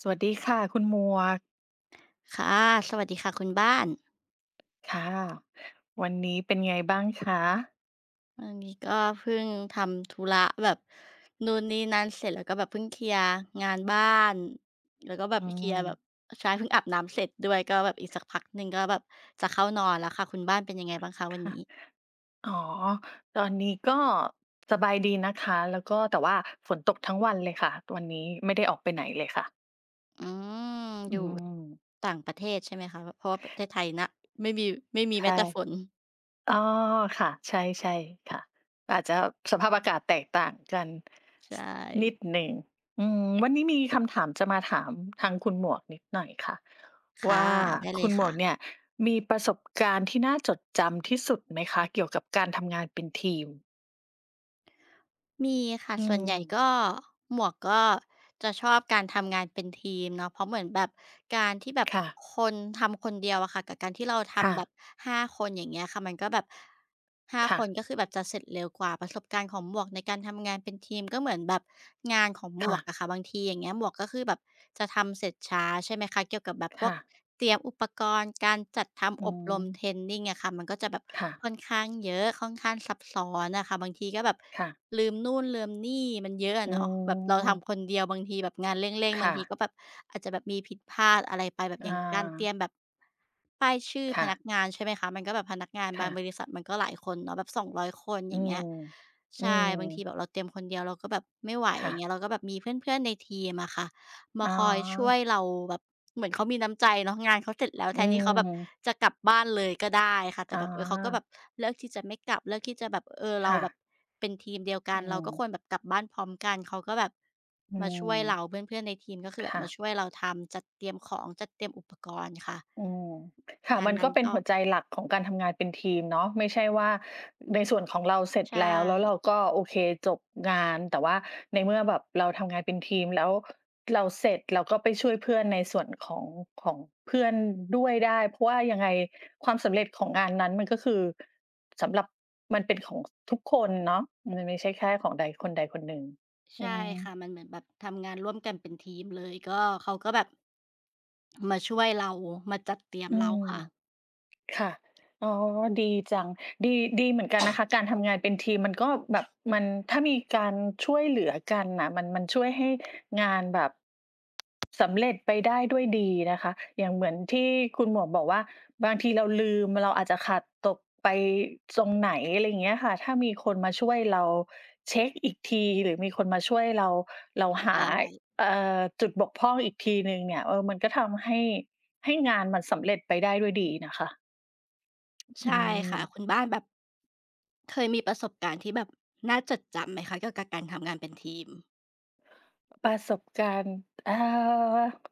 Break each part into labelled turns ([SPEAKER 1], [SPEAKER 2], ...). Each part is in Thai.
[SPEAKER 1] สวัสดีค่ะคุณหมวก
[SPEAKER 2] ค่ะสวัสดีค่ะคุณบ้าน
[SPEAKER 1] ค่ะวันนี้เป็นไงบ้างคะ
[SPEAKER 2] วันนี้ก็เพิ่งทำธุระแบบนู่นนี่นั่นเสร็จแล้วก็แบบเพิ่งเคลียร์งานบ้านแล้วก็แบ
[SPEAKER 1] อื
[SPEAKER 2] บเคลียร์แบบ
[SPEAKER 1] ม
[SPEAKER 2] ใช้เพิ่งอาบน้ำเสร็จด้วยก็แบบอีกสักพักหนึ่งก็แบบจะเข้านอนแล้วค่ะคุณบ้านเป็นยังไงบ้างคะวัน
[SPEAKER 1] ค่ะ
[SPEAKER 2] นี้
[SPEAKER 1] อ๋อตอนนี้ก็สบายดีนะคะแล้วก็แต่ว่าฝนตกทั้งวันเลยค่ะวันนี้ไม่ได้ออกไปไหนเลยค่ะ
[SPEAKER 2] อืม
[SPEAKER 1] อื
[SPEAKER 2] อยู่
[SPEAKER 1] ม
[SPEAKER 2] ต่างประเทศใช่ไหมคะเพราะว่าประเทศไทยนะไม่มีไม่มี
[SPEAKER 1] ใช่
[SPEAKER 2] แม้แต่ฝน
[SPEAKER 1] อ๋อค่ะใช่ใช่ค่ะอาจจะสภาพอากาศแตกต่างกันส
[SPEAKER 2] ใช่
[SPEAKER 1] นิดหนึ่งอืมวันนี้มีคำถามจะมาถามทางคุณหมวกนิดหน่อยค่ะ
[SPEAKER 2] ค่ะ
[SPEAKER 1] ว่า
[SPEAKER 2] ได้เล
[SPEAKER 1] คุ
[SPEAKER 2] ย
[SPEAKER 1] ณหมว
[SPEAKER 2] ค่ะ
[SPEAKER 1] กเนี่ยมีประสบการณ์ที่น่าจดจำที่สุดไหมคะเกี่ยวกับการทำงานเป็นทีม
[SPEAKER 2] มีค่ะ
[SPEAKER 1] อื
[SPEAKER 2] ส่ว
[SPEAKER 1] ม
[SPEAKER 2] นใหญ่ก็หมวกก็จะชอบการทำงานเป็นทีมเนาะเพราะเหมือนแบบการที่แบบ
[SPEAKER 1] ค่ะ
[SPEAKER 2] คนทำคนเดียวอะค่ะกับการที่เรา
[SPEAKER 1] ค่ะ
[SPEAKER 2] ทำแบบ5คนอย่างเงี้ยค่ะมันก็แบบห้า
[SPEAKER 1] ค่ะ
[SPEAKER 2] คนก็คือแบบจะเสร็จเร็วกว่าประสบการณ์ของหมวกในการทำงานเป็นทีมก็เหมือนแบบงานของหม
[SPEAKER 1] ค่ะ
[SPEAKER 2] วกอะค่ะบางทีอย่างเงี้ยหมวกก็คือแบบจะทำเสร็จช้าใช่ไหมคะเกี่ยวกับแบบพวก
[SPEAKER 1] ค่ะ
[SPEAKER 2] เตรียมอุปกรณ์การจัด
[SPEAKER 1] อื
[SPEAKER 2] ทำอบรมเทร
[SPEAKER 1] ม
[SPEAKER 2] นนิงอะค่ะมันก็จะแบบ
[SPEAKER 1] ค่ะ
[SPEAKER 2] ค่อนข้างเยอะค่อนข้างซับซ้อนอะค่ะบางทีก็แบบ
[SPEAKER 1] ค่ะ
[SPEAKER 2] ลืมนู่นลืมนี่มันเยอะ
[SPEAKER 1] อื
[SPEAKER 2] อะเนาะแบบเราทำค
[SPEAKER 1] ม
[SPEAKER 2] นเดียวบางทีแบบงานเร่งๆบาง
[SPEAKER 1] ค่ะ
[SPEAKER 2] ทีก็แบบอาจจะแบบมีผิดพลาดอะไรไปแบบ
[SPEAKER 1] อ
[SPEAKER 2] อย่างการเตรี
[SPEAKER 1] า
[SPEAKER 2] ยมแบบป้ายชื่อพ
[SPEAKER 1] ค่ะ
[SPEAKER 2] นักงานใช่ไหมคะมันก็แบบพนักงานบา
[SPEAKER 1] ค่ะ
[SPEAKER 2] งบริษัทมันก็หลายคนเนาะแบบ2 0ยคน
[SPEAKER 1] อื
[SPEAKER 2] อย่าง
[SPEAKER 1] ม
[SPEAKER 2] เงี้ย
[SPEAKER 1] อื
[SPEAKER 2] ใช่
[SPEAKER 1] ม
[SPEAKER 2] บางทีแบบเราเตรียมคนเดียวเราก็แบบไม่ไหวอ
[SPEAKER 1] ค่ะ
[SPEAKER 2] ย่างเงี้ยเราก็แบบมีเพื่อนๆในทีมอะค่ะ มา
[SPEAKER 1] อ๋อ
[SPEAKER 2] คอยช่วยเราแบบเหมือนเขามีน้ำใจเนาะงานเขาเสร็จแล้ว
[SPEAKER 1] อื
[SPEAKER 2] แทนที่เขาแบบ
[SPEAKER 1] ม
[SPEAKER 2] จะกลับบ้านเลยก็ได้ค่ะแต่
[SPEAKER 1] อ๋อ
[SPEAKER 2] แบบเออเขาก็แบบเลือกที่จะไม่กลับเลือกที่จะแบบเออเรา
[SPEAKER 1] ค่ะ
[SPEAKER 2] แบบเป็นทีมเดียวกั
[SPEAKER 1] อื
[SPEAKER 2] นเรา
[SPEAKER 1] ม
[SPEAKER 2] ก็ควรแบบกลับบ้านพร้อมกันเขาก็แบบ
[SPEAKER 1] อื
[SPEAKER 2] มาช่วยเรา
[SPEAKER 1] ม
[SPEAKER 2] เพื่อนๆในทีมก็คือแบบ
[SPEAKER 1] ค่ะ
[SPEAKER 2] มาช่วยเราทำจัดเตรียมของจัดเตรียมอุปกรณ์ค่ะ
[SPEAKER 1] อืมค่ะ
[SPEAKER 2] งาน
[SPEAKER 1] มันก็
[SPEAKER 2] นั้น
[SPEAKER 1] เป็น
[SPEAKER 2] ก็
[SPEAKER 1] หัวใจหลักของการทำงานเป็นทีมเนาะไม่ใช่ว่าในส่วนของเราเสร็จ
[SPEAKER 2] ใช่
[SPEAKER 1] แล้วแล้วเราก็โอเคจบงานแต่ว่าในเมื่อแบบเราทำงานเป็นทีมแล้วเราเสร็จเราก็ไปช่วยเพื่อนในส่วนของของเพื่อนด้วยได้เพราะว่ายังไงความสำเร็จของงานนั้นมันก็คือสำหรับมันเป็นของทุกคนเนาะมันไม่ใช่แค่ของใดคนใดคนหนึ่งอื
[SPEAKER 2] ใช่ค่ะมัน
[SPEAKER 1] ม
[SPEAKER 2] เหมือนแบบทำงานร่วมกันเป็นทีมเลยก็เขาก็แบบมาช่วยเรามาจัดเตรียม
[SPEAKER 1] อื
[SPEAKER 2] เรา
[SPEAKER 1] ม
[SPEAKER 2] ค่ะ
[SPEAKER 1] ค่ะอ๋อดีจังดีดีเหมือนกันนะคะการทำงานเป็นทีมมันก็แบบมันถ้ามีการช่วยเหลือกันน่ะมันมันช่วยให้งานแบบสำเร็จไปได้ด้วยดีนะคะอย่างเหมือนที่คุณหมวกบอกว่าบางทีเราลืมเราอาจจะขาดตกไปตรงไหนอะไรอย่างเงี้ยค่ะถ้ามีคนมาช่วยเราเช็กอีกทีหรือมีคนมาช่วยเราเราหา
[SPEAKER 2] ใช่
[SPEAKER 1] เอ่จุดบกพร่องอีกทีหนึ่งเนี่ยเออมันก็ทำให้ให้งานมันสำเร็จไปได้ด้วยดีนะคะ อื
[SPEAKER 2] ใช่ค่ะคุ
[SPEAKER 1] ม
[SPEAKER 2] ณบ้านแบบเคยมีประสบการณ์ที่แบบน่าจดจำไหมคะเกี่ยวกับการทำงานเป็นทีม
[SPEAKER 1] ประสบการณ์อา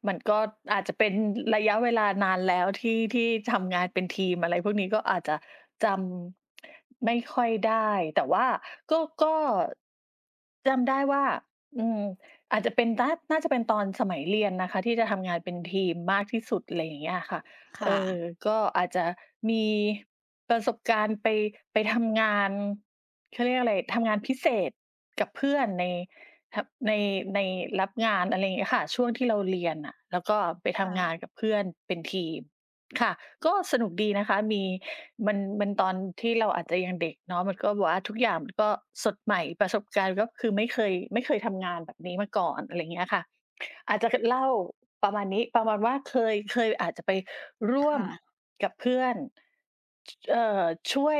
[SPEAKER 1] มันก็อาจจะเป็นระยะเวลานานแล้วที่ที่ทำงานเป็นทีมอะไรพวกนี้ก็อาจจะจำไม่ค่อยได้แต่ว่าก็จำได้ว่าอืมอาจจะเป็นน่าน่าจะเป็นตอนสมัยเรียนนะคะที่จะทำงานเป็นทีมมากที่สุดอะไรอย่างเงี้ยค่ะเอ
[SPEAKER 2] ค่ะ
[SPEAKER 1] อก็อาจจะมีประสบการณ์ไปทำงานเขาเรียกอะไรทำงานพิเศษกับเพื่อนใน ครับในในรับงานอะไรอย่างเงี้ยค่ะช่วงที่เราเรียนน่ะแล้วก็ไปทำงาน
[SPEAKER 2] ค่ะ
[SPEAKER 1] กับเพื่อนเป็นทีมค่ะก็สนุกดีนะคะมีมันมันตอนที่เราอาจจะยังเด็กเนาะมันก็แบบว่าทุกอย่างมันก็สดใหม่ประสบการณ์ก็คือไม่เคยไม่เคยทำงานแบบนี้มาก่อนอะไรอย่างเงี้ยค่ะ อาจจะเล่าประมาณนี้ประมาณว่าเคยอาจจะไปร่วม
[SPEAKER 2] ค่ะ
[SPEAKER 1] กับเพื่อนชเอ่อช่วย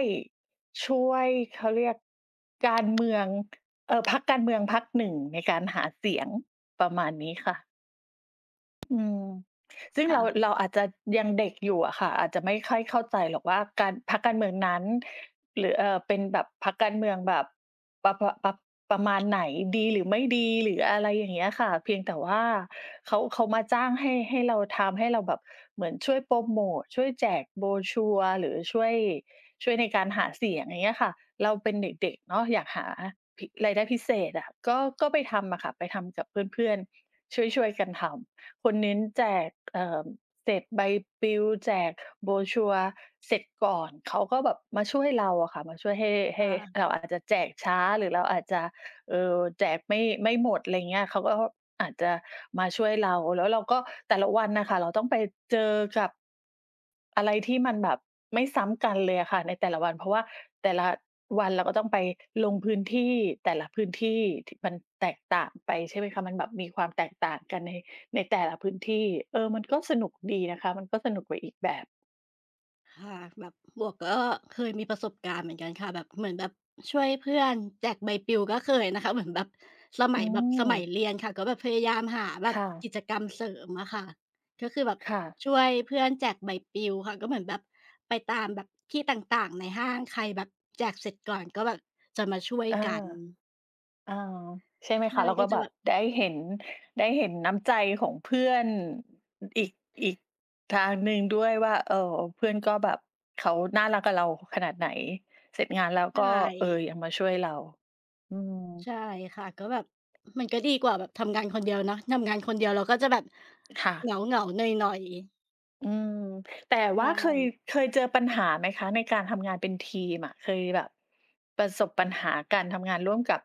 [SPEAKER 1] ช่วยเขาเรียกการเมืองพรรคการเมืองพรรคหนึ่งในการหาเสียงประมาณนี้ค่ะ อืมซึ่งเรา
[SPEAKER 2] ค่ะ
[SPEAKER 1] เราอาจจะยังเด็กอยู่อะค่ะอาจจะไม่ค่อยเข้าใจหรอกว่าการพรรคการเมืองนั้นหรือเป็นแบบพรรคการเมืองแบบปะปะปะประมาณไหนดีหรือไม่ดีหรืออะไรอย่างเงี้ยค่ะเพียงแต่ว่าเขามาจ้างให้เราทำให้เราแบบเหมือนช่วยโพรโมตช่วยแจกโบรชัวร์หรือช่วยในการหาเสียงอย่างเงี้ยค่ะเราเป็นเด็กๆเนาะอยากหาพิรายได้พิเศษอะก็ไปทำอะค่ะไปทำกับเพื่อนๆช่วยๆกันทำ คนเน้นแจกเศษใบปลิวแจก brochure เสร็จก่อนเขาก็แบบมาช่วยเราอะค่ะมาช่วยให้ให้
[SPEAKER 2] ค่ะ
[SPEAKER 1] เราอาจจะแจกช้าหรือเราอาจจะแจกไม่หมดอะไรเงี้ยเขาก็อาจจะมาช่วยเราแล้วเราก็แต่ละวันน่ะค่ะเราต้องไปเจอกับอะไรที่มันแบบไม่ซ้ำกันเลยอะค่ะในแต่ละวันเพราะว่าแต่ละวันเราก็ต้องไปลงพื้นที่แต่ละพื้นที่ที่มันแตกต่างไปใช่ไหมคะมันแบบมีความแตกต่างกันใน ในแต่ละพื้นที่เออมันก็สนุกดีนะคะ มันก็สนุกไปอีกแบบ
[SPEAKER 2] ค่ะแบบหมวกก็เคยมีประสบการณ์เหมือนกันค่ะแบบเหมือนแบบช่วยเพื่อนแจกใบปลิวก็เคยนะคะ เหมือนแบบสมั
[SPEAKER 1] อื
[SPEAKER 2] ยแบบส
[SPEAKER 1] ม
[SPEAKER 2] มัยเรียนค่ะก็แบบพยายามหาแบบ
[SPEAKER 1] ค่ะ
[SPEAKER 2] กิจกรรมเสริมอะค่ะก็คือแบบ
[SPEAKER 1] ค่ะ
[SPEAKER 2] ช่วยเพื่อนแจกใบปลิวค่ะก็เหมือนแบบไปตามแบบที่ต่างๆในห้างใครแบบแจกเสร็จก่อนก็แบบจะมาช่วย
[SPEAKER 1] อา
[SPEAKER 2] กัน
[SPEAKER 1] อาใช่ไหมคะ
[SPEAKER 2] ใช่
[SPEAKER 1] เรา
[SPEAKER 2] ก็
[SPEAKER 1] ก็
[SPEAKER 2] จะ
[SPEAKER 1] แบ
[SPEAKER 2] แบ
[SPEAKER 1] บ
[SPEAKER 2] บ
[SPEAKER 1] ได้เห็นได้เห็นน้ำใจของเพื่อนอีกอีกทางหนึ่งด้วยว่าเอ่อเพื่อนก็แบบเขาน่ารักกับเราขนาดไหน เสร็จงานแล้วก็
[SPEAKER 2] ใช่
[SPEAKER 1] เออยังมาช่วยเราอืม
[SPEAKER 2] ใช่ค่ะก็แบบมันก็ดีกว่าแบบทำงานคนเดียวเนาะทำงานคนเดียวเราก็จะแบบ
[SPEAKER 1] ค่ะ
[SPEAKER 2] เหงาเหงาหนอยๆ
[SPEAKER 1] อืมแต่ว่า
[SPEAKER 2] ใช่
[SPEAKER 1] เคย
[SPEAKER 2] อย
[SPEAKER 1] เคยเจอปัญหาไหมคะในการทำงานเป็นทีมอะเคยแบบประสบปัญหาการทำงานร่วมกับ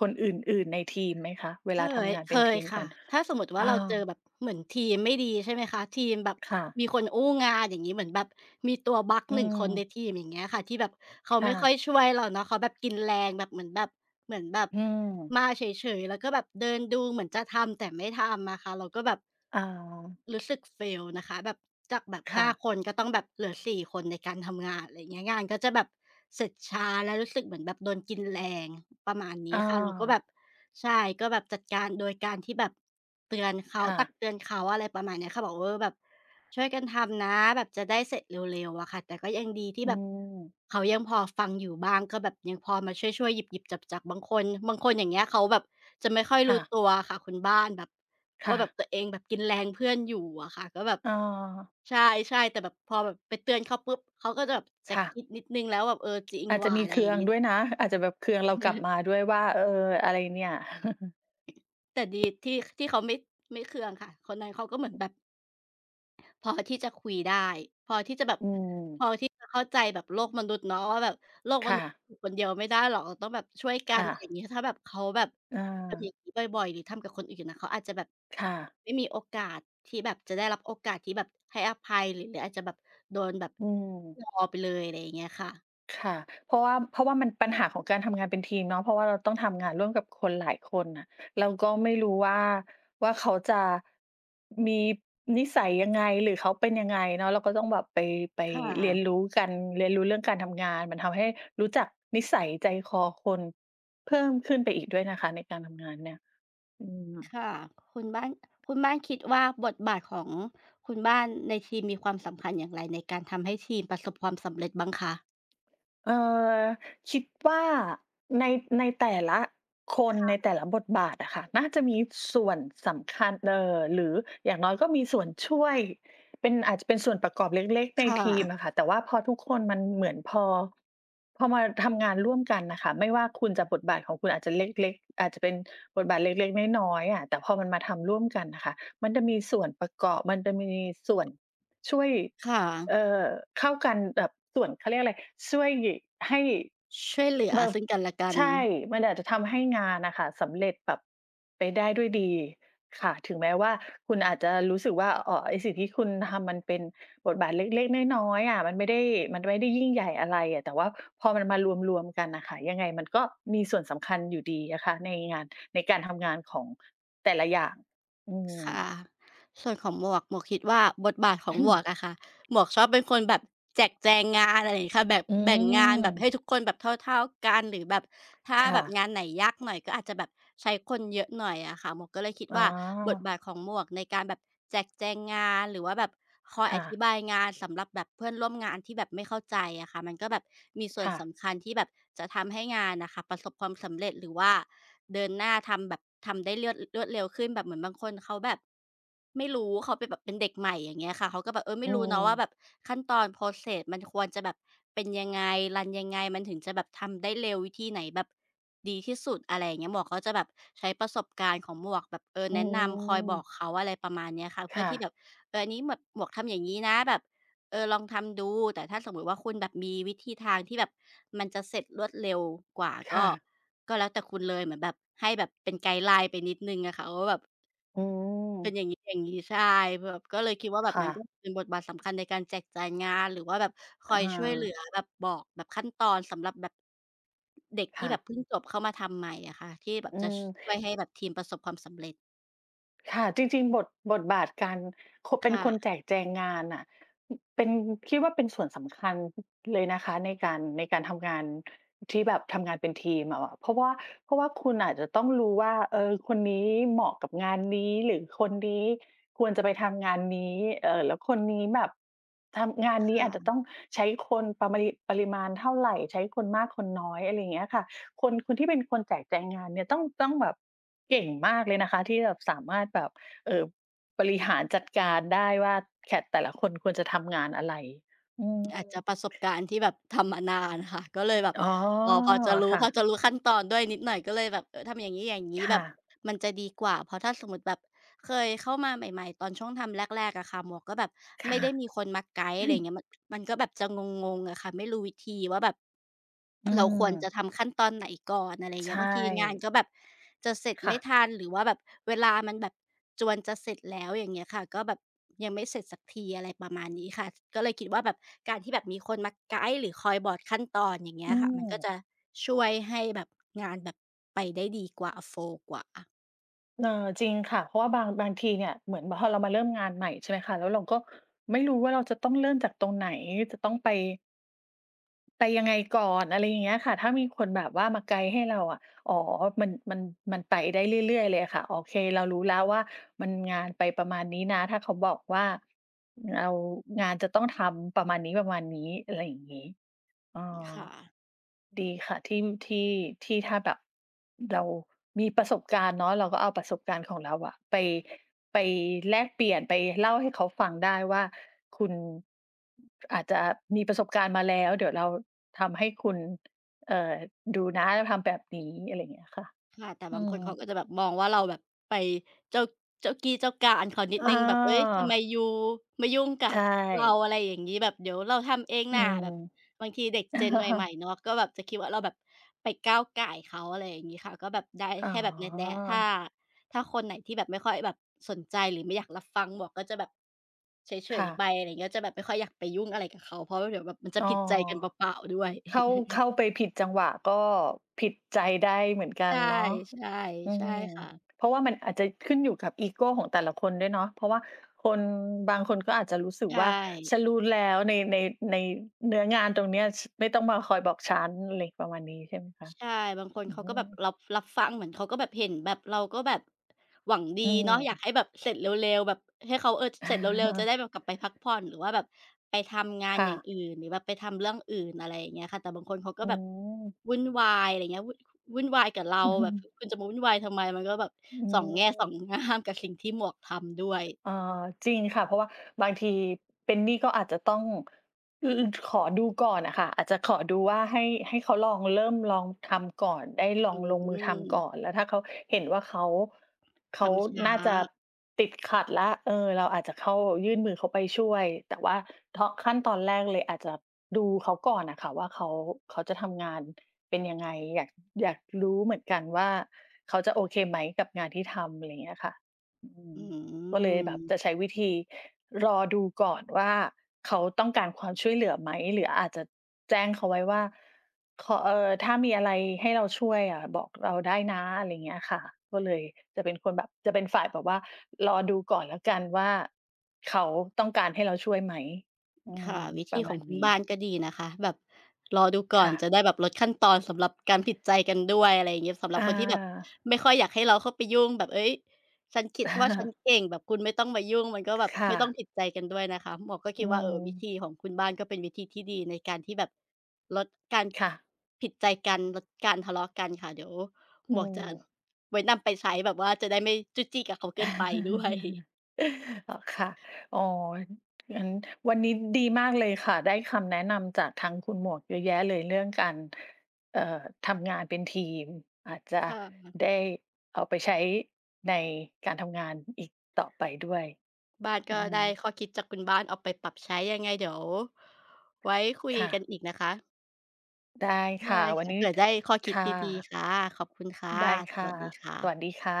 [SPEAKER 1] คนอื่นๆในทีมไหมคะเว
[SPEAKER 2] เค
[SPEAKER 1] ลา
[SPEAKER 2] ย
[SPEAKER 1] ทำงานเป็
[SPEAKER 2] เค
[SPEAKER 1] น
[SPEAKER 2] ย
[SPEAKER 1] ทีมกั
[SPEAKER 2] ค่ะ
[SPEAKER 1] น
[SPEAKER 2] ถ้าสมมติว่า
[SPEAKER 1] อา
[SPEAKER 2] เราเจอแบบเหมือนทีมไม่ดีใช่ไหมคะ ทีมแบบ
[SPEAKER 1] ค่ะ
[SPEAKER 2] มีคนอู้งานอย่างงี้เหมือนแบบมีตัวบั๊ก
[SPEAKER 1] อื
[SPEAKER 2] 1
[SPEAKER 1] ม
[SPEAKER 2] คนในทีมอย่างเงี้ยค่ะที่แบบเขา
[SPEAKER 1] ค่ะ
[SPEAKER 2] ไม่ค่อยช่วยเราเนาะเขาแบบกินแรงแบบเหมือนแบบเหมือนแบบ
[SPEAKER 1] อืม
[SPEAKER 2] มาเฉยๆแล้วก็แบบเดินดูเหมือนจะทำแต่ไม่ทำอะค่ะเราก็แบบ
[SPEAKER 1] อา
[SPEAKER 2] รู้สึก fail นะคะแบบจากแบบ
[SPEAKER 1] ค่ะ
[SPEAKER 2] ห้าคนก็ต้องแบบเหลือสี่คนในการทำงานอะไรอย่างเงี้ยงานก็จะแบบเสร็จช้าและรู้สึกเหมือนแบบโดนกินแรงประมาณ
[SPEAKER 1] อ
[SPEAKER 2] นี้ค่ะเราก็แบ
[SPEAKER 1] า
[SPEAKER 2] บใช่ก็แบบจัดการโดยการที่แบบเตือนเขา
[SPEAKER 1] ค่ะ
[SPEAKER 2] ตักเตือนเขาอะไรประมาณเนี้ยค่ะบอกเออแบบ ช่วยกันทำนะแบบจะได้เสร็จเร็วๆอะค่ะแต่ก็ยังดีที่
[SPEAKER 1] อื
[SPEAKER 2] แบบ
[SPEAKER 1] ม
[SPEAKER 2] เขายังพอฟังอยู่บ้างก็แบบยังพอมาช่วยๆหยิบหยิบจับจับบางคนบางคนอย่างเงี้ยเขาแบบจะไม่ค่อย
[SPEAKER 1] ค่ะ
[SPEAKER 2] รู้ตัวค่ะคุณบ้านแบบว่า
[SPEAKER 1] ค่ะ
[SPEAKER 2] แบบตัวเองแบบกินแรงเพื่อนอยู่อะค่ะก็แบบ
[SPEAKER 1] อา
[SPEAKER 2] ใช่ใช่แต่แบบพอแบบไปเตือนเขาปุ๊บเขาก็จะแบบจะ
[SPEAKER 1] ค่ะ
[SPEAKER 2] คิดนิดนึงแล้วแบบเออจริง
[SPEAKER 1] อาจจะ
[SPEAKER 2] ว่า
[SPEAKER 1] มี
[SPEAKER 2] อะไร
[SPEAKER 1] เคื
[SPEAKER 2] อ
[SPEAKER 1] อ
[SPEAKER 2] ย่าง
[SPEAKER 1] ง
[SPEAKER 2] งี้
[SPEAKER 1] ด้วยนะอาจจะแบบเคืองเรากลับมาด้วยว่าเอออะไรเนี่ย
[SPEAKER 2] แต่ดีที่เขาไม่เคืองค่ะคนนั้นเขาก็เหมือนแบบ พอที่จะคุยได้พอที่จะแบบ
[SPEAKER 1] อืม
[SPEAKER 2] พอที่จะเข้าใจแบบโลกมนุษย์เนาะว่าแบบโลกม
[SPEAKER 1] ค่ะ
[SPEAKER 2] นุษย์อยู่คนเดียวไม่ได้หรอกเราต้องแบบช่วยกัน
[SPEAKER 1] ค่ะ
[SPEAKER 2] อะไรอย่างงี้ถ้าแบบเขาแบบ
[SPEAKER 1] เอ
[SPEAKER 2] ทำอย่าง
[SPEAKER 1] า
[SPEAKER 2] งี้บ่อยๆหรือทำกับคนอื่นน่ะเขาอาจจะแบบ
[SPEAKER 1] ค่ะ
[SPEAKER 2] ไม่มีโอกาสที่แบบจะได้รับโอกาสที่แบบให้อภัยหรืออาจจะแบบโดนแบบ
[SPEAKER 1] อืม
[SPEAKER 2] รอไปเลยอะไรอย่างเงี้ยค่ะ
[SPEAKER 1] ค่ะเพราะว่าเพราะว่ามันปัญหาของการทำงานเป็นทีมเนาะเพราะว่าเราต้องทำงานร่วมกับคนหลายคนน่ะเราก็ไม่รู้ว่าว่าเขาจะมีนิสัยยังไงหรือเขาเป็นยังไงเนาะเราก็ต้องแบบไปไป
[SPEAKER 2] ค่
[SPEAKER 1] เรียน
[SPEAKER 2] ะ
[SPEAKER 1] รู้กันเรียนรู้เรื่องการทำงานมันทำให้รู้จักนิสัยใจคอคนเพิ่มขึ้นไปอีกด้วยนะคะในการทำงานเนี่ยอืม
[SPEAKER 2] ค่ะคุณบ้านคุณบ้านคิดว่าบทบาทของคุณบ้านในทีมมีความสำคัญอย่างไรในการทำให้ทีมประสบความสำเร็จบ้างคะ
[SPEAKER 1] เอ่อคิดว่าในในแต่ละคนในแต่ละบทบาทอะค่ะน่าจะมีส่วนสำคัญหรืออย่างน้อยก็มีส่วนช่วยเป็นอาจจะเป็นส่วนประกอบเล็กๆใน
[SPEAKER 2] ค่ะ
[SPEAKER 1] ทีมอะค่ะแต่ว่าพอทุกคนมันเหมือนพอพอมาทำงานร่วมกันนะคะไม่ว่าคุณจะบทบาทของคุณอาจจะเล็กๆอาจจะเป็นบทบาทเล็กๆน้อยๆอะแต่พอมันมาทำร่วมกันนะคะมันจะมีส่วนประกอบมันจะมีส่วนช่วย
[SPEAKER 2] ค่ะ
[SPEAKER 1] เอ่อเข้ากันแบบส่วนเขาเรียกอะไรช่วยให้
[SPEAKER 2] ช่วยเหลือ
[SPEAKER 1] แบบ
[SPEAKER 2] ซึ่งกันและกัน
[SPEAKER 1] ใช่มันอาจจะทำให้งานน่ะค่ะสำเร็จแบบไปได้ด้วยดีค่ะถึงแม้ว่าคุณอาจจะรู้สึกว่าอ๋อไอ้สิ่งที่คุณทำมันเป็นบทบาทเล็กๆน้อยๆอะมันไม่ได้มันไม่ได้ยิ่งใหญ่อะไรอะแต่ว่าพอมันมารวมๆกันน่ะค่ะยังไงมันก็มีส่วนสำคัญอยู่ดีนะคะในงานในการทำงานของแต่ละอย่างอืม
[SPEAKER 2] ค่ะส่วนของหมวกคิดว่าบทบาทของหมว กอะค่ะ หมวกชอบเป็นคนแบบแจกแจงงานอะไรอย่างงี้ค่ะแบบ
[SPEAKER 1] อื
[SPEAKER 2] แบ่งงานแบบให้
[SPEAKER 1] ม
[SPEAKER 2] ทุกคนแบบเท่าๆกันหรือแบบถ้าแบ
[SPEAKER 1] ค่ะ
[SPEAKER 2] บงานไหนยากหน่อยก็อาจจะแบบใช้คนเยอะหน่อยอะค่ะหมวกก็เลยคิด
[SPEAKER 1] อ๋อ
[SPEAKER 2] ว่าบทบาทของหมวกในการแบบแจกแจงงานหรือว่าแบบคอยอ
[SPEAKER 1] ค่ะ
[SPEAKER 2] ธิบายงานสำหรับแบบเพื่อนร่วมงานที่แบบไม่เข้าใจอะค่ะมันก็แบบมีส่วน
[SPEAKER 1] ค่ะ
[SPEAKER 2] สำคัญที่แบบจะทำให้งานน่ะค่ะประสบความสำเร็จหรือว่าเดินหน้าทำแบบทำได้เลือดรวดเร็วขึ้นแบบเหมือนบางคนเขาแบบ ไม่รู้เขาเป็นแบบเป็นเด็กใหม่อย่างเงี้ยค่ะเขาก็แบบเออไม่
[SPEAKER 1] อื
[SPEAKER 2] รู้เนาะ
[SPEAKER 1] ม
[SPEAKER 2] ว่าแบบขั้นตอน process มันควรจะแบบเป็นยังไงรันยังไงมันถึงจะแบบทำได้เร็ววิธีไหนแบบดีที่สุดอะไรอย่างเงี้ยหมวกก็จะแบบใช้ประสบการณ์ของหมวกแบบ
[SPEAKER 1] อื
[SPEAKER 2] แนะนำคอยบอก
[SPEAKER 1] ม
[SPEAKER 2] เขาอะไรประมาณเนี้ยค่ะเพื่อ
[SPEAKER 1] ค่ะ
[SPEAKER 2] ที่แบบอันนี้แบบหมวกทำอย่างงี้นะแบบลองทำดูแต่ถ้าสมมุติว่าคุณแบบมีวิธีทางที่แบบมันจะเสร็จรวดเร็วกว่าก็
[SPEAKER 1] ค่ะ
[SPEAKER 2] แล้วแต่คุณเลยเหมือนแบบให้แบบเป็นไกด์ไลน์ไปนิดหนึ่งอะค่ะว่าแบบ
[SPEAKER 1] อืม
[SPEAKER 2] เป็นอย่างงี้อย่างงี้ใช่แบบก็เลยคิดว่าแบบ
[SPEAKER 1] ค่ะ
[SPEAKER 2] มันก็เป็นบทบาทสำคัญในการแจกจ่ายงานหรือว่าแบบคอย
[SPEAKER 1] อา
[SPEAKER 2] ช่วยเหลือแบบบอกแบบขั้นตอนสำหรับแบบเด็กที่
[SPEAKER 1] ค่ะ
[SPEAKER 2] แบบเพิ่งจบเข้ามาทำใหม่อะค่ะที่แบบ
[SPEAKER 1] อื
[SPEAKER 2] จะช
[SPEAKER 1] ม
[SPEAKER 2] ช่วยให้แบบทีมประสบความสำเร็จ
[SPEAKER 1] ค่ะจริงๆบทบทบาทการคเป็นคนแจ
[SPEAKER 2] ค่ะ
[SPEAKER 1] กแจงงานน่ะอเป็นคิดว่าเป็นส่วนสำคัญเลยนะคะในการในการทำงานที่แบบทำงานเป็นทีมอะเพราะว่าเพราะว่าคุณอาจจะต้องรู้ว่าเออคนนี้เหมาะกับงานนี้หรือคนนี้ควรจะไปทำงานนี้แล้วคนนี้แบบทำงานนี้อาจจะ
[SPEAKER 2] ค่ะ
[SPEAKER 1] ต้องใช้คนประมาริปริมาณเท่าไรใช้คนมากคนน้อยอะไรอย่างเงี้ยค่ะ คนคนที่เป็นคนแจกแจงงานเนี่ยต้องต้องแบบเก่งมากเลยนะคะที่แบบสามารถแบบเอ่อบริหารจัดการได้ว่าแขกแต่ละคนควรจะทำงานอะไรอื
[SPEAKER 2] อาจ
[SPEAKER 1] ม
[SPEAKER 2] จะประสบการณ์ที่แบบทำมานานค่ะก็เลยแบบ
[SPEAKER 1] อ๋อ
[SPEAKER 2] พอจะรู้พอจะ
[SPEAKER 1] ค่ะ
[SPEAKER 2] รู้ขั้นตอนด้วยนิดหน่อยก็เลยแบบเออทำอย่างงี้อย่างงี้แบ
[SPEAKER 1] ค่ะ
[SPEAKER 2] บมันจะดีกว่าเพราะถ้าสมมุติแบบเคยเข้ามาใหม่ๆตอนช่วงทำแรกๆอะค่ะหมวกก็แบบ
[SPEAKER 1] ค่ะ
[SPEAKER 2] ไม่ได้มีคนมาไกด์อะไรอย่างเงี้ยมัน มันก็แบบจะงงๆอะค่ะไม่รู้วิธีว่าแบบ
[SPEAKER 1] อื
[SPEAKER 2] เราควรจะ
[SPEAKER 1] ม
[SPEAKER 2] ทำขั้นตอนไหนก่อนอะไร
[SPEAKER 1] ใช่
[SPEAKER 2] เงี้ยบางทีงานก็แบบจะเสร็จ
[SPEAKER 1] ค่ะ
[SPEAKER 2] ไม่ทันหรือว่าแบบเวลามันแบบจวนจะเสร็จแล้วอย่างเงี้ยค่ะก็แบบยังไม่เสร็จสักทีอะไรประมาณนี้ค่ะก็เลยคิดว่าแบบการที่แบบมีคนมาไกด์หรือคอยบอกขั้นตอนอย่างเงี้
[SPEAKER 1] อื
[SPEAKER 2] ยค่ะมันก็จะ
[SPEAKER 1] ม
[SPEAKER 2] ช่วยให้แบบงานแบบไปได้ดีกว่าโฟลว์กว่า
[SPEAKER 1] เออจริงค่ะเพราะว่าบางบางทีเนี่ยเหมือนพอเรามาเริ่มงานใหม่ใช่ไหมคะแล้วเราก็ไม่รู้ว่าเราจะต้องเริ่มจากตรงไหนจะต้องไป ไปยังไงก่อนอะไรอย่างเงี้ยค่ะถ้ามีคนแบบว่ามาไกด์ให้เราอะอ๋อมันมันมันไปได้เรื่อยๆเลยอะค่ะโอเคเรารู้แล้วว่ามันงานไปประมาณนี้นะถ้าเขาบอกว่าเรางานจะต้องทำประมาณนี้ๆอะไรอย่างงี้เออ
[SPEAKER 2] ค่ะ
[SPEAKER 1] ดีค่ะที่ที่ที่ถ้าแบบเรามีประสบการณ์เนาะเราก็เอาประสบการณ์ของเราอะไปไปแลกเปลี่ยนไปเล่าให้เขาฟังได้ว่าคุณอาจจะมีประสบการณ์มาแล้วเดี๋ยวเราทำให้คุณเอ่อดูนะเราทำแบบนี้อะไรอย่างเงี้ยค่ะ
[SPEAKER 2] ค่ะแต่บา
[SPEAKER 1] อื
[SPEAKER 2] งค
[SPEAKER 1] ม
[SPEAKER 2] นเขาก็จะแบบมองว่าเราแบบไปเจ้าเจ้ากี้เจ้าการเขานิด
[SPEAKER 1] อ้
[SPEAKER 2] ห
[SPEAKER 1] อ
[SPEAKER 2] นึ่งแบบเฮ้ยทำไมยูมายุ่งกับ
[SPEAKER 1] ใช่
[SPEAKER 2] เราอะไรอย่างงี้แบบเดี๋ยวเราทำเอง
[SPEAKER 1] อื
[SPEAKER 2] น่ะ
[SPEAKER 1] ม
[SPEAKER 2] แบบบางทีเด็ก Gen ใหม่ ๆเนาะก็แบบจะคิดว่าเราแบบไปก้าวก่ายเขาอะไรอย่างงี้ค่ะก็แบบได้
[SPEAKER 1] อ๋อ
[SPEAKER 2] แค่แบบแนะๆถ้าคนไหนที่แบบไม่ค่อยแบบสนใจหรือไม่อยากรับฟังหมวกก็จะแบบเฉย
[SPEAKER 1] ค่ะ
[SPEAKER 2] ๆไปอะไรอย่างเงี้ยจะแบบไม่ค่อยอยากไปยุ่งอะไรกับเขาเพราะว่าเดี๋ยวแบบมันจะ
[SPEAKER 1] อ๋อ
[SPEAKER 2] ผิดใจกันเปล่าๆด้วย
[SPEAKER 1] เข้า เข้าไปผิดจังหวะก็ผิดใจได้เหมือนกัน
[SPEAKER 2] ใช่
[SPEAKER 1] เนาะอื
[SPEAKER 2] ๆใช่
[SPEAKER 1] ม
[SPEAKER 2] ค่ะ
[SPEAKER 1] เพราะว่ามันอาจจะขึ้นอยู่กับอีโกของแต่ละคนด้วยเนาะเพราะว่าคนบางคนก็อาจจะรู้สึก
[SPEAKER 2] ใช
[SPEAKER 1] ว่าฉัน
[SPEAKER 2] ่
[SPEAKER 1] รู้แล้วในในในเนื้องานตรงเนี้ยชไม่ต้องมาคอยบอกฉันอะไรประมาณนี้ใช่ไหมคะ
[SPEAKER 2] ใช่บางคน
[SPEAKER 1] อื
[SPEAKER 2] เขาก็แบบรั
[SPEAKER 1] ม
[SPEAKER 2] บรับฟังเหมือนเขาก็แบบเห็นแบบเราก็แบบหวังดี
[SPEAKER 1] อืม
[SPEAKER 2] เนาะอยากให้แบบเสร็จเร็วๆแบบให้เขาเออเสร็จเร็วๆจะ ได้แบบกลับไปพักผ่อนหรือว่าแบบไปทำงานอ
[SPEAKER 1] ค่ะ
[SPEAKER 2] ย่างอื่นหรือแบบไปทำเรื่องอื่นอะไรอย่างเงี้ยค่ะแต่บางคนเขาก็
[SPEAKER 1] อื
[SPEAKER 2] แบบ
[SPEAKER 1] ม
[SPEAKER 2] วุ่นวายอะไรเงี้ยวุ่นวายกับเรา
[SPEAKER 1] อือฮึ
[SPEAKER 2] แบบคุณจะมาวุ่นวายทำไมมันก็แบบ
[SPEAKER 1] อื
[SPEAKER 2] สองแง่สอง
[SPEAKER 1] ม
[SPEAKER 2] ง่ามกับสิ่งที่หมวกทำด้วย
[SPEAKER 1] อ่าจริงค่ะเพราะว่าบางทีเป็นหนี้ก็อาจจะต้องขอดูก่อนนะคะอาจจะขอดูว่าให้ให้เขาลองเริ่มลองทำก่อนได้ลอ
[SPEAKER 2] อื
[SPEAKER 1] งลงมือทำ
[SPEAKER 2] ม
[SPEAKER 1] ก่อนแล้วถ้าเขาเห็นว่าเขาเขา
[SPEAKER 2] ทำช้า
[SPEAKER 1] น่าจะติดขัดละเออเราอาจจะเข้ายื่นมือเขาไปช่วยแต่ว่าทาะขั้นตอนแรกเลยอาจจะดูเขาก่อนนะคะว่าเขาเขาจะทำงานเป็นยังไงอยากอยากรู้เหมือนกันว่าเขาจะโอเคไหมกับงานที่ทำอะไรอย่างเงี้ยค่ะอืม
[SPEAKER 2] อื
[SPEAKER 1] ก็เลยแบ
[SPEAKER 2] ม
[SPEAKER 1] บจะใช้วิธีรอดูก่อนว่าเขาต้องการความช่วยเหลือไหมหรืออาจจะแจ้งเขาไว้ว่าขอถ้ามีอะไรให้เราช่วยอะบอกเราได้นะอะไรเงี้ยค่ะก็เลยจะเป็นคนแบบจะเป็นฝ่ายแบบว่ารอดูก่อนแล้วกันว่าเขาต้องการให้เราช่วยไหมอืม
[SPEAKER 2] ค่ะวิ
[SPEAKER 1] ป
[SPEAKER 2] ธี
[SPEAKER 1] ระ
[SPEAKER 2] ข
[SPEAKER 1] มา
[SPEAKER 2] อ
[SPEAKER 1] ณ
[SPEAKER 2] งคุณ
[SPEAKER 1] นี้
[SPEAKER 2] บ้านก็ดีนะคะแบบรอดูก่อน
[SPEAKER 1] ค่ะ
[SPEAKER 2] จะได้แบบลดขั้นตอนสำหรับการผิดใจกันด้วยอะไรอย่างเงี้ยสำห
[SPEAKER 1] อ
[SPEAKER 2] รับคนที่แบบ
[SPEAKER 1] า
[SPEAKER 2] ไม่ค่อยอยากให้เราเข้าไปยุ่งแบบเฮ้ยฉันคิดว่าฉัน เก่งแบบคุณไม่ต้องมายุ่งมันก็แบบ
[SPEAKER 1] ค่ะ
[SPEAKER 2] ไม่ต้องผิดใจกันด้วยนะคะหมวกก็
[SPEAKER 1] อื
[SPEAKER 2] คิดว่าเออ
[SPEAKER 1] ม
[SPEAKER 2] วิธีของคุณบ้านก็เป็นวิธีที่ดีในการที่แบบลดการ
[SPEAKER 1] ค่ะ
[SPEAKER 2] ผิดใจกันลดการทะเลาะกันค่ะเดี๋ยว
[SPEAKER 1] อื
[SPEAKER 2] หมวกจะ
[SPEAKER 1] ม
[SPEAKER 2] ไว้นำไปใช้แบบว่าจะได้ไม่จุกจิกกับเขาเกินไปด้วย
[SPEAKER 1] เหรอคะอ๋องั้นวันนี้ดีมากเลยค่ะ ได้คำแนะนำจากทางคุณหมวกเยอะแยะเลยเรื่องการเอ่อทำงานเป็นทีมอาจจะ
[SPEAKER 2] ค่ะ
[SPEAKER 1] ได้เอาไปใช้ในการทำงานอีกต่อไปด้วย
[SPEAKER 2] บ้าน
[SPEAKER 1] อื
[SPEAKER 2] ก็
[SPEAKER 1] ม
[SPEAKER 2] ได้ข้อคิดจากคุณบ้านเอาไปปรับใช้ยังไงเดี๋ยวไว้คุย
[SPEAKER 1] ค่ะ
[SPEAKER 2] กันอีกนะคะ
[SPEAKER 1] ได้ค่ะ
[SPEAKER 2] ได้
[SPEAKER 1] วัน
[SPEAKER 2] ค่ะ
[SPEAKER 1] นี้
[SPEAKER 2] เผื่อได้ข้อคิด
[SPEAKER 1] ค่ะ
[SPEAKER 2] ดีๆค่ะขอบคุณค่ะ
[SPEAKER 1] ได้
[SPEAKER 2] ส
[SPEAKER 1] ค่ะ
[SPEAKER 2] วัสดีค่ะ
[SPEAKER 1] สวัสดีค่ะ